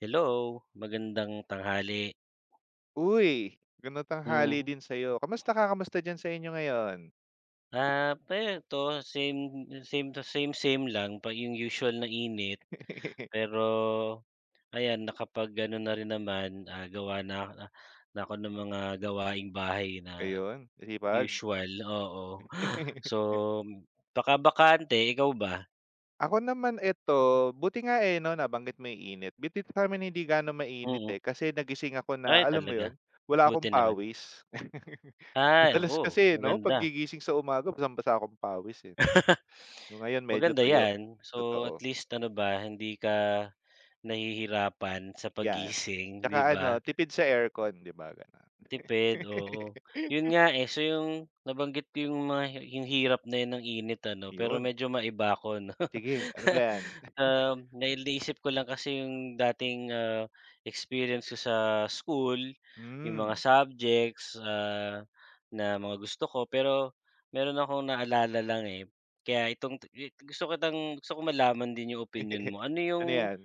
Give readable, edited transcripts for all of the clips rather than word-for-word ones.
Hello, magandang tanghali. Uy, magandang tanghali Hmm, din sa'yo. Kamusta ka? Kamusta diyan sa inyo ngayon? Eto, same same to same, same lang pa yung usual na init. Pero ayan, nakapag-ano na rin naman, gawa na na na ako ng mga gawaing bahay na Ayun, masipag. usual, oo. So, baka-bakante, ikaw ba? Ako naman eto, buti nga, eh, 'no, nabanggit mo 'yung init. Dito sa'min hindi gaano mainit, eh, Mm. kasi nagising ako na Ay alam mo talaga, yon wala akong buti naman. pawis. Ay, Madalas oo, kasi, 'no, 'pag maganda. sa umaga basang-basa akong pawis, eh. No, ngayon medyo Maganda tuyo, 'yan. So, at totoo, least ano ba, hindi ka nahihirapan sa 'yan. pagising, 'di Tsaka ba? ano, tipid sa aircon, 'di ba, gano'n. Tipid, oo. 'Yun nga, eh, so yung nabanggit ko, yung yung hirap na 'yun ng init ano, pero Yun, medyo maiba ko 'no. sige, ano ba 'yan? Dahil naisip ko lang kasi yung dating, experience ko sa school, yung mga Hmm. subjects, na mga gusto ko. Pero meron akong naalala lang, eh, kaya itong gusto kitang gusto ko malaman din yung opinion mo. Ano yung, Ano 'yan?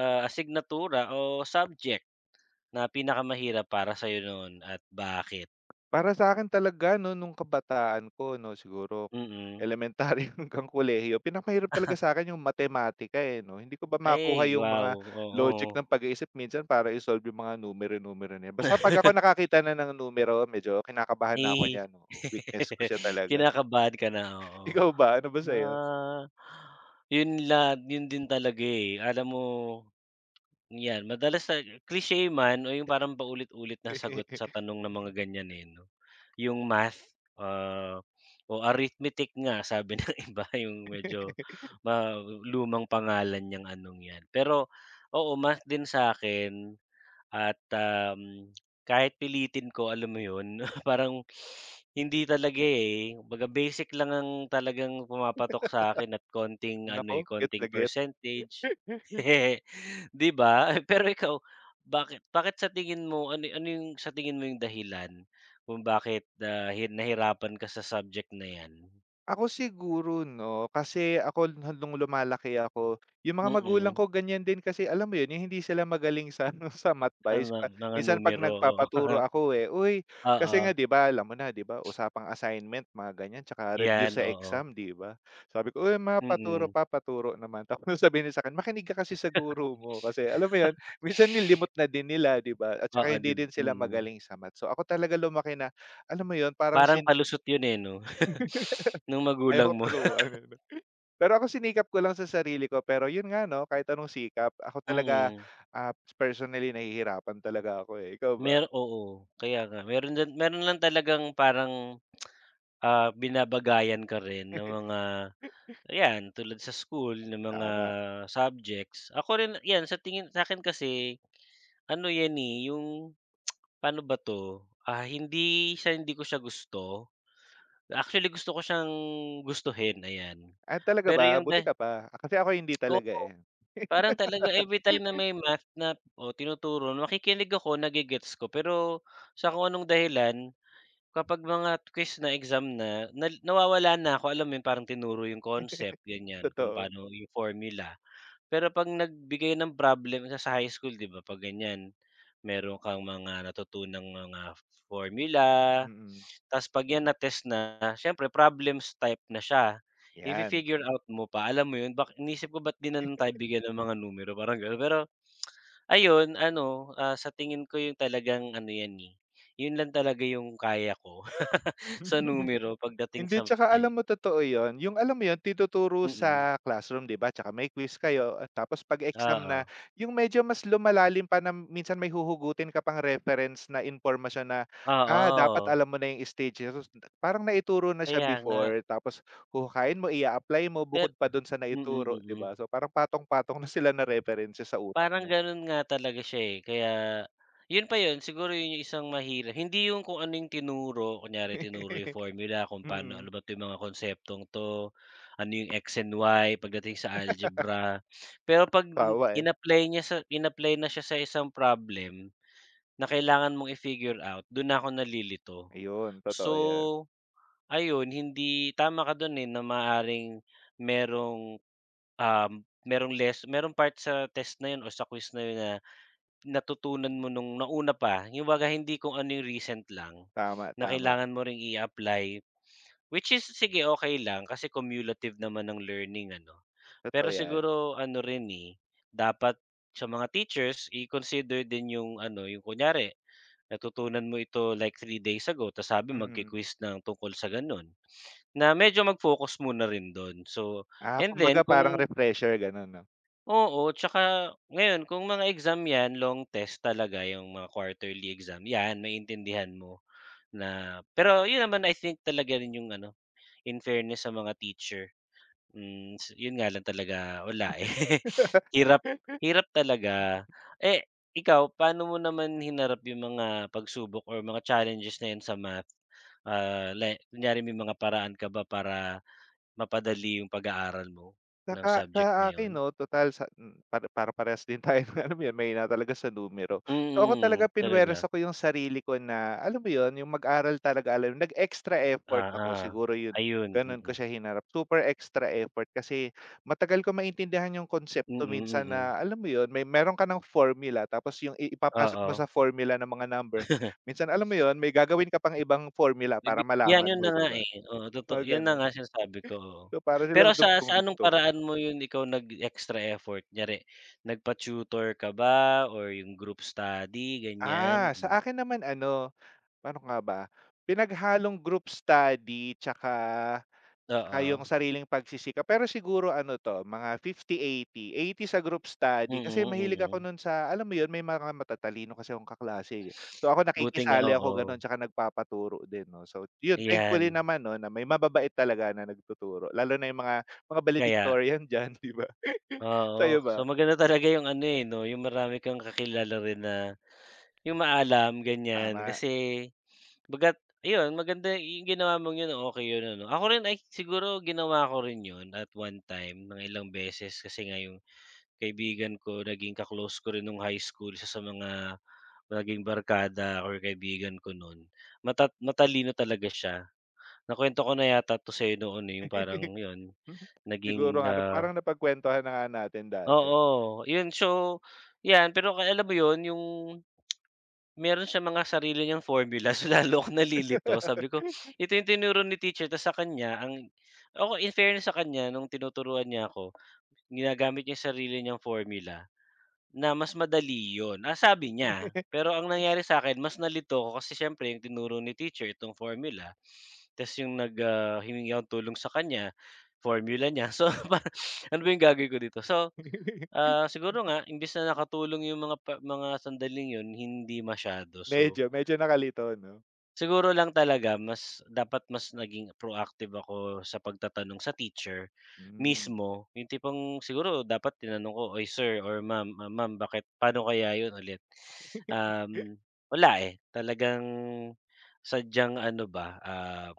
asignatura o subject na pinakamahirap para sa'yo noon at bakit? Para sa'kin talaga 'no, nung kabataan ko 'no, siguro Mm. elementarya hanggang kolehiyo, pinapahirap talaga sa'kin yung matematika, eh, 'no. Hindi ko ba makuha Ay, yung wow, mga logic oo. ng pag-iisip minsan para i-solve yung mga numero-numero na yan. Basta 'pag ako nakakita na ng numero, medyo kinakabahan na ako Ay, niyan, oo. Weakness ko siya talaga. kinakabahan ka na, oo. Ikaw ba, ano ba sa'yo? Ah, Yun yun din talaga, eh. Alam mo 'yan, madalas na cliche man o yung parang paulit-ulit na sagot sa tanong ng mga ganyan, eh, 'no. Yung math, ah, o arithmetic nga sabi ng iba yung medyo ma lumang pangalan niyang anong 'yan. Pero oo, math din sa akin at, kahit pilitin ko, alam mo 'yun, parang hindi talaga, eh. Baga basic lang ang talagang pumapatok sa akin at konting ano, Naku, eh, get konting na get. percentage. 'Di ba? Pero ikaw, bakit bakit sa tingin mo, ano ano yung sa tingin mo yung dahilan kung bakit, ah, nahirapan ka sa subject na 'yan? Ako siguro 'no, kasi ako nung lumalaki ako, yung mga magulang Mm, ko ganyan din kasi alam mo yun, yung hindi sila magaling sa ano, sa math ba sa is pa mga minsan 'pag numero, oo. nagpapaturo ako, eh, "Uy," kasi nga Oo, 'di ba alam mo na 'di ba, usapang assignment mga ganyan tsaka review 'yan, sa oo. exam 'di ba? Sabi ko, "Uy ma, paturo Mm, pa, naman." Tapos sabihin niya sa'kin, "Makinig ka kasi sa guru mo." Kasi alam mo yun, minsan nilimot na din nila 'di ba at saka oo, hindi din sila mm. magaling sa math. So, ako talaga lumaki na alam mo yun, parang Parang palusot yun, eh, 'no? Nung magulang ayoko mo. turuan. Pero ako sinikap ko lang sa sarili ko, pero yun nga 'no, kahit anong sikap ako talaga, Mm, ah, personally nahihirapan talaga ako, eh, ikaw ba? Oo, kaya nga. Meron din, meron lang talagang parang, binabagayan ka rin ng mga, ayan, tulad sa school ng mga Tama. subjects. Ako rin 'yan, sa tingin sa akin kasi ano 'yan, eh, yung paano ba 'to, ah, hindi sa hindi ko siya gusto. Actually gusto ko siyang gustuhin, ayan. Ah, talaga Pero ba? yung Buti da ka pa. Kasi ako hindi talaga, Oo. eh, Parang talaga everytime na may math na o tinuturo, makikinig ako, nage-gets ko, pero sa kung anong dahilan kapag mga quiz na, exam na, na nawawala na ako, alam mo yun, parang tinuro yung concept ganyan kung totoo. paano yung formula. Pero 'pag nagbigay ng problem ka sa high school, 'di ba, 'pag ganyan, meron kang mga natutunang mga formula, Mm, ta's 'pag 'yan na-test na, siyempre problems type na siya. If you 'yan. figure out mo pa, alam mo 'yun, bak inisip ko ba't 'di na lang tayo bigyan ng mga numero, parang gano'n. Pero ayun ano, sa tingin ko yung talagang ano 'yan, eh, 'yun lang talaga 'yung kaya ko sa numero pagdating Hindi, sa tsaka ay, alam mo totoo 'yun, yung alam mo 'yun tinuturo mm, mm. sa classroom 'di ba, tsaka may quiz kayo at tapos 'pag exam na, Oo, yung medyo mas lumalalim pa na minsan may huhugutin ka pang reference na impormasyon na, dapat oo, alam mo na yung stages, so, parang naituro na siya kaya nga. before tapos huhukayin mo, i apply mo Pe bukod pa dun sa Mm, naituro 'di mm. ba? So parang patong-patong na sila na references sa utak Parang mo. gano'n nga talaga siya, eh, kaya 'yun pa 'yun siguro 'yun yung isang mahirap, hindi yung kung ano yung tinuro, kunyari tinuro yung formula kung paano, Mm, ano ba 'to yung mga konseptong 'to, ano yung X and Y pagdating sa algebra. Pero 'pag kawawa eh. In-apply na siya sa isang problem na kailangan mong i-figure out, do'n ako nalilito. Ayun, So, totoo 'yan. ayun, hindi, tama ka do'n, eh, na maaaring merong merong merong part sa test na 'yun o sa quiz na 'yun na natutunan mo nung nauna pa, yung baga hindi kung ano yung recent lang Tama, na tama, kailangan mo ring i-apply, which is sige, okay lang kasi cumulative naman ng learning ano. totoo Pero 'yan. siguro ano rin, eh, dapat sa mga teachers i-consider din yung ano, yung kunyari natutunan mo ito like 3 days ago, ta's sabi Mm. magki-quiz ng tungkol sa gano'n, na medyo mag-focus muna rin do'n. So, Ah, and then kumbaga parang kung refresher gano'n 'no? oo, tsaka ngayon kung mga exam 'yan, long test talaga yung mga quarterly exam, 'yan maintindihan mo na. Pero 'yun naman I think talaga rin yung ano, in fairness sa mga teacher, hmm, 'yun nga lang talaga, wala, eh. Hirap, hirap talaga. Eh, ikaw paano mo naman hinarap yung mga pagsubok or mga challenges na 'yan sa math? Ah, kunyari may mga paraan ka ba para mapadali yung pag-aaral mo ng Saka subject sa na akin 'yun? 'no, total sa para para parehas din tayo ng alam mo 'yun, mahina talaga sa numero. So ako talaga Mm, talaga. pinuwersa ko 'yung sarili ko na alam mo 'yun, 'yung mag-aral talaga alam nag-extra effort ako Oo, siguro 'yun, ayun, gano'n ko mm. siya hinarap. Super extra effort kasi matagal ko maintindihan 'yung konsepto Mm, minsan mm. na alam mo 'yun, meron ka ng formula tapos 'yung ipapasok mo Oo. sa formula ng mga number, minsan alam mo 'yun, may gagawin ka pang ibang formula Nag para Yan malaman yun mo na 'di nga, ba? eh, oo, totoo Mga yun na gano'n. nga sinasabi ko, oo. So, para Pero silang sa anong dugtong-dugtong. paraan mo yun, ikaw nag-extra effort? Kunyari nagpa-tutor ka ba or yung group study ganyan? Ah, sa Hmm, akin naman ano, paano nga ba, pinaghalong group study tsaka tsaka oo. yung sariling pagsisikap. Pero siguro ano 'to, mga 50 80 80 sa group Mm, study kasi mm, mahilig ako mm. nun sa alam mo yun, may mga matatalino kasi akong kaklase, eh. So, ako Buti nga, nakikisali ako oo, gano'n tsaka nagpapaturo din 'no. So, yun ayan. thankfully naman 'no, na may mababait talaga na nagtuturo lalo na yung mga Kaya valedictorian diyan, 'di ba? oo. Sa'yo So, ba? maganda talaga yung ano, eh, 'no, yung marami kang kakilala rin na yung maalam ganyan Tama. kasi baga't ayun, maganda yung ginawa mong yun, okay yun ano. Ako rin ay siguro ginawa ko rin yun at one time, ng ilang beses kasi nga yung kaibigan ko, naging ka ko rin nung high school, isa sa mga naging barkada or kaibigan ko nun. Matalino talaga siya. Nakwento ko na yata 'to sa'yo noon, eh, yung parang yun Mhm. Siguro naging, nga 'no, ah, parang napagkuwentuhan na nga natin dati. oo, yun, so yan, pero kaya alam mo yun, yung meron siyang mga sarili niyang formula, so lalo akong nalilito, sabi ko, "Ito yung tinuro ni teacher, tas sa kanya ang," ako in fairness sa kanya nung tinuturuan niya ako, ginagamit niya yung sarili niyang formula na mas madali yun, ah, sabi niya. Pero ang nangyari sa akin, mas nalito ako kasi siyempre yung tinuro ni teacher itong formula, tas yung nag, humingi ako tulong sa kanya, formula niya. So parang ano ba yung gagawin ko dito? So, ah, siguro nga imbes na nakatulong yung mga mga sandaling yun, hindi masyado. So Medyo nakalito 'no? siguro lang talaga mas dapat mas naging proactive ako sa pagtatanong sa teacher Hmm. mismo, yung tipong siguro dapat tinanong ko, "Oy sir or ma'am, ah, ma'am bakit paano kaya yun ulit?" Um, Wala, eh, talagang sadyang ano ba,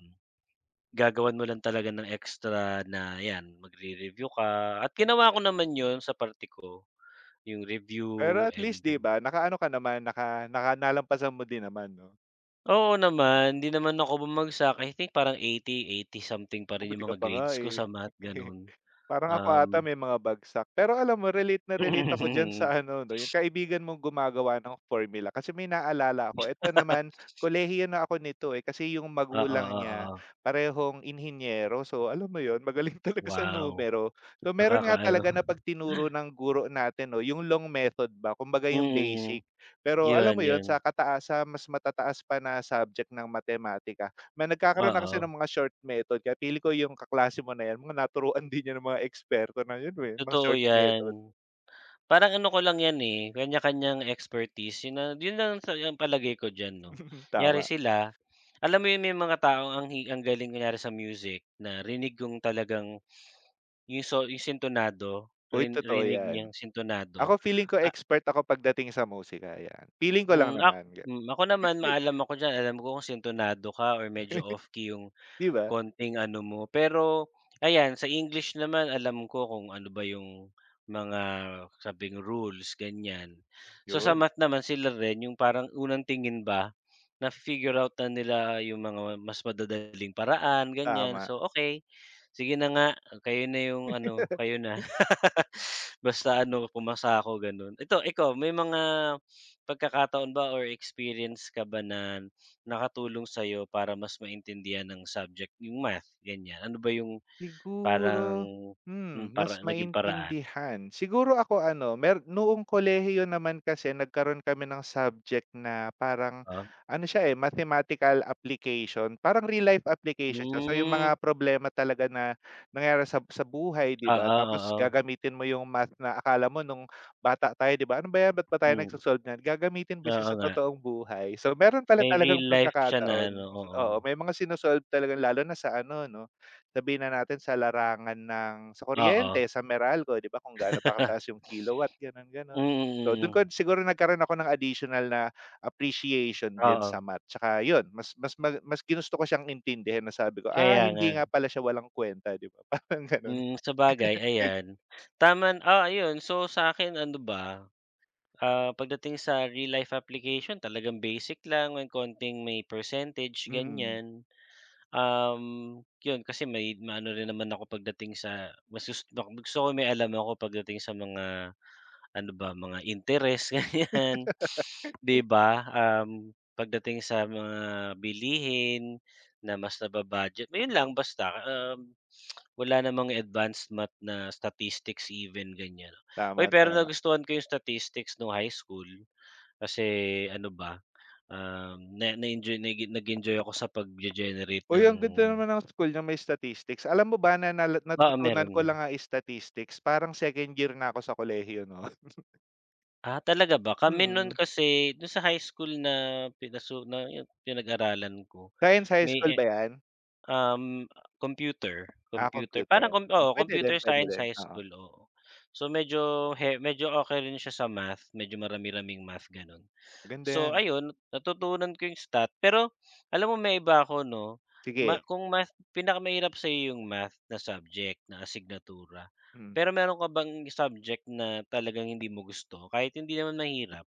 gagawan mo lang talaga ng extra na 'yan, magre-review ka, at ginawa ko naman yun sa parte ko, yung review Pero at and least 'di ba, nakaano ka naman, naka naka nalampasan mo din naman 'no? oo naman, hindi naman ako bumagsak. I think parang 80, 80 something pa rin Mabuti yung ka mga pa nga, grades ko eh. sa math, gano'n. Parang ako Um, ata may mga bagsak. Pero alam mo relate na relate ako diyan sa ano 'no, yung kaibigan mong gumagawa ng formula. Kasi may naalala ako, eto naman kolehiyo na ako nito, eh, kasi yung Oo, magulang oo, niya oo. parehong inhinyero. So alam mo yon. Magaling talaga sa Wow, numero. So meron nga nakakaano. talaga na 'pag tinuro ng guro natin 'no, yung long method ba, kumbaga yung Mm, basic. Pero alam yun, mo yon sa yun. kataas sa mas matataas pa na subject ng matematika na nagkakaroon na kasi Oo, ng mga short method kaya feeling ko yung kaklase mo na yan mga naturuan din yan ng mga eksperto na yun, eh, mga totoo short yan. method. Parang ano ko lang yan, eh, kanya-kanyang expertise. Yun na yun lang sa ang palagay ko diyan 'no. Kunyari Tama. sila, alam mo yun, may mga taong ang ang galing kunyari sa music na rinig kong talagang yung so yung sintonado, Uy, totoo rinig niya yan. sintonado. Ako feeling ko Ah, expert ako pagdating sa musika, yan. Feeling ko lang hmm, naman hmm, ako naman maalam ako diyan, alam ko kung sintonado ka or medyo off key yung 'di ba? konting ano mo. Pero ayan, sa English naman alam ko kung ano ba yung mga sabing rules, ganyan. So, sa Yun, math naman sila rin yung parang unang tingin ba, na figure out na nila yung mga mas madadaling paraan, ganyan. tama. So, okay, sige na nga, kayo na yung ano, kayo na. Basta ano, pumasa ako gano'n. Ito, ikaw may mga pagkakataon ba or experience ka ba na nakatulong sa'yo para mas maintindihan ng subject, yung math, ganyan? Ano ba yung parang, Siguro, hmm, mas para naging paraan? maintindihan. Siguro ako ano, noong kolehiyo naman kasi nagkaroon kami ng subject na parang Oh, ano siya, eh, mathematical application. Parang real life application siya. So yung hmm, mga problema talaga na nangyari sa buhay, 'di ba? oo, Tapos oo. gagamitin mo yung math na akala mo nung bata tayo, 'di ba? Ano ba 'yan, ba't ba tayo nagso Hmm, niyan? Gagamitin ba oo siya sa nga. totoong buhay? So meron pala May talagang real life siya na pagkakataon ano, oo. oo, may mga sino talaga lalo na sa ano 'no, sabihin na natin sa larangan ng sa Oo. kuryente, sa Meralco, 'di ba kung gaano ba kataas yung kilowatt, gano'n, Mm, gano'n. So mm, do'n ko mm. siguro nagkaroon ako ng additional na appreciation din sa Oo, math, tsaka 'yun mas mas ma mas ginusto ko siyang intindihin na sabi ko, "Ah, kaya nga. hindi nga pala siya walang kwenta 'di ba parang gano'n." Hmm, sabagay ayan. Ah, ayun. So sa akin ano ba, ah, pagdating sa real life application talagang basic lang, may konting may percentage Mm. ganyan. Um, 'Yun kasi may ano rin naman ako pagdating sa mas gusto ko, may alam ako pagdating sa mga ano ba, mga interest ganyan, 'di ba? Pagdating sa mga bilihin na mas naba-budget, ayun lang basta, wala namang advanced math na statistics even ganyan. Uy, Tama, pero tama. nagustuhan ko yung statistics no high school. Kasi ano ba, na na-enjoy nagi nag-enjoy ako sa pagge-generate Uy, ng ang ganda naman ng school niyo may statistics. Alam mo ba na oo, meron, natutunan ko lang meron. ang statistics parang second year na ako sa kolehiyo 'no. Ah, talaga ba? Kami nun Mm. kasi dun sa high school na pinasu na yung pinag-aralan ko Science high may, school eh, ba 'yan? um, Ah, computer computer. parang Ah, oo, computer puwede science din, high oo. school, oo. So medyo medyo okay rin siya sa math, medyo marami-raming math, ganun. Maganda So 'yan, ayun, natutunan ko yung stat, pero alam mo may iba ako 'no, sige. Kung math pinakamahirap sa iyo yung math na subject, na asignatura, Mm. pero meron ka bang subject na talagang hindi mo gusto kahit hindi naman mahirap?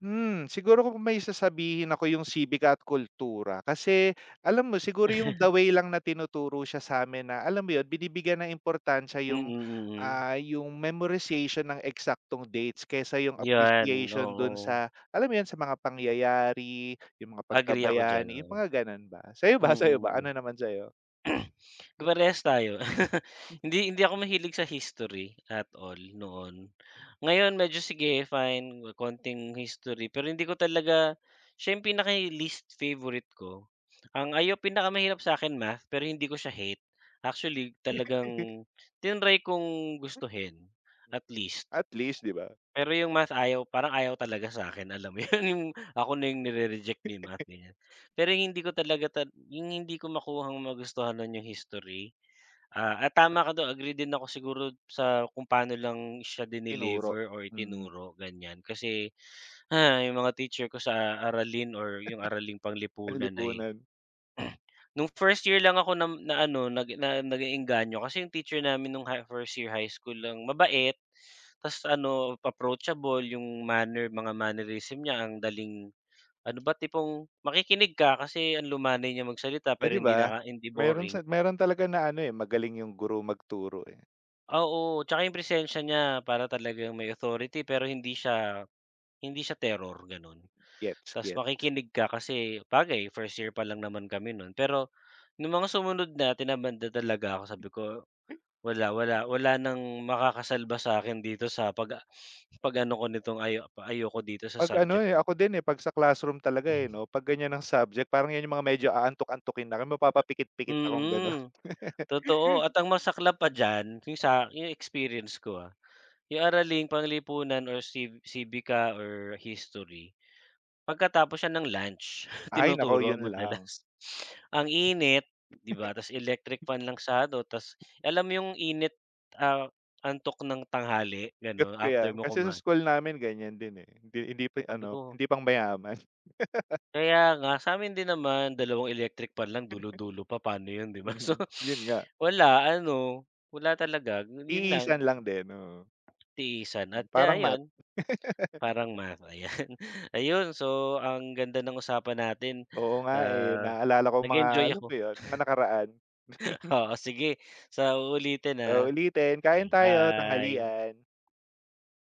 Siguro kung may sasabihin ako yung sibika at kultura kasi alam mo siguro yung the way lang na tinuturo siya sa'min na alam mo 'yun, binibigyan ng importansya Mm, yung, mm, mm, mm. ah, yung memorization ng eksaktong dates kaysa yung 'Yan, appreciation dun oo. sa alam mo 'yun, sa mga pangyayari, yung mga Agree ako diyan, pagkabayani, yung oo. mga gano'n ba. Sa'yo ba, Mm, sa'yo mm, ba? Ano mm. naman sa'yo? Parehas tayo. Hindi Hindi ako mahilig sa history at all noon. Ngayon medyo sige fine, konting history, pero hindi ko talaga siya, yung pinaka least favorite ko. Ang ayo pinakamahirap sa akin math, pero hindi ko siya hate. Actually talagang tinray kong gustuhin at least. At least 'di ba, Pero yung math ayaw, parang ayaw talaga sa akin, alam mo yun, yung ako na yung nire-reject ni math ganyan. Pero yung hindi ko talaga yung hindi ko makuhang magustuhan nun yung history, ah, at tama ka dun, agree din ako siguro sa kung paano lang siya tinuro. dineliver or Mm, itinuro ganyan. Kasi, ah, yung mga teacher ko sa aralin or yung araling panglipunan ay ang hmm. Nung first year lang ako nag-eengganyo kasi yung teacher namin nung first year high school lang, mabait, ta's ano, approachable yung manner, mga mannerism niya, ang daling ano ba, tipong makikinig ka kasi ang lumanay niya magsalita oh, pero 'di ba? Hindi Meron boring. sa meron talaga na ano, eh, magaling yung guro magturo, eh, Ah, oo, tsaka yung presensiya niya para talagang may authority, pero hindi siya terror, gano'n. gets, Ta's gets. makikinig ka kasi bagay first year pa lang naman kami nun. Pero nung mga sumunod na, tinamad talaga ako, sabi ko wala, wala. Wala ng makakasalba sa'kin dito sa pag-ano ko nitong ayoko dito sa 'Pag ano, subject eh, na ako 'to. din, eh, 'pag sa classroom talaga, eh, 'no, 'pag ganyan ang subject parang yan yung mga medyo aantok-antukin na kami, mapapapikit-pikit akong gano'n. Mm, totoo. At ang masaklap pa diyan, yung yung experience ko, ah, yung araling panglipunan or civica or history, pagkatapos siya ng lunch Ay naku, tinuturo yun lang, madalas. Ang init, 'di ba, tas electric fan lang sado, tas alam mo yung init, ah, antok ng tanghali get gano'n ko after yan. mo Kasi sa kumain, school namin ganyan din, eh, hindi hindi pa sabi ano, ko hindi pang mayaman, kaya nga, sa'min din naman dalawang electric pan lang, dulo-dulo pa, paano 'yun 'di ba? So, mm. Yun nga, wala ano, wala talaga, 'yun lang, iisan lang din, oo. tiisan at Parang math, ayun, parang math, ayan. Ayun, so ang ganda ng usapan natin, oo nga, eh, ah, naalala ko mga nag-enjoy alam mo ako. yun, mga nakaraan. Oo, sige, sa uulitin, na So, ulitin, kain okey, tayo, bye. tanghalian.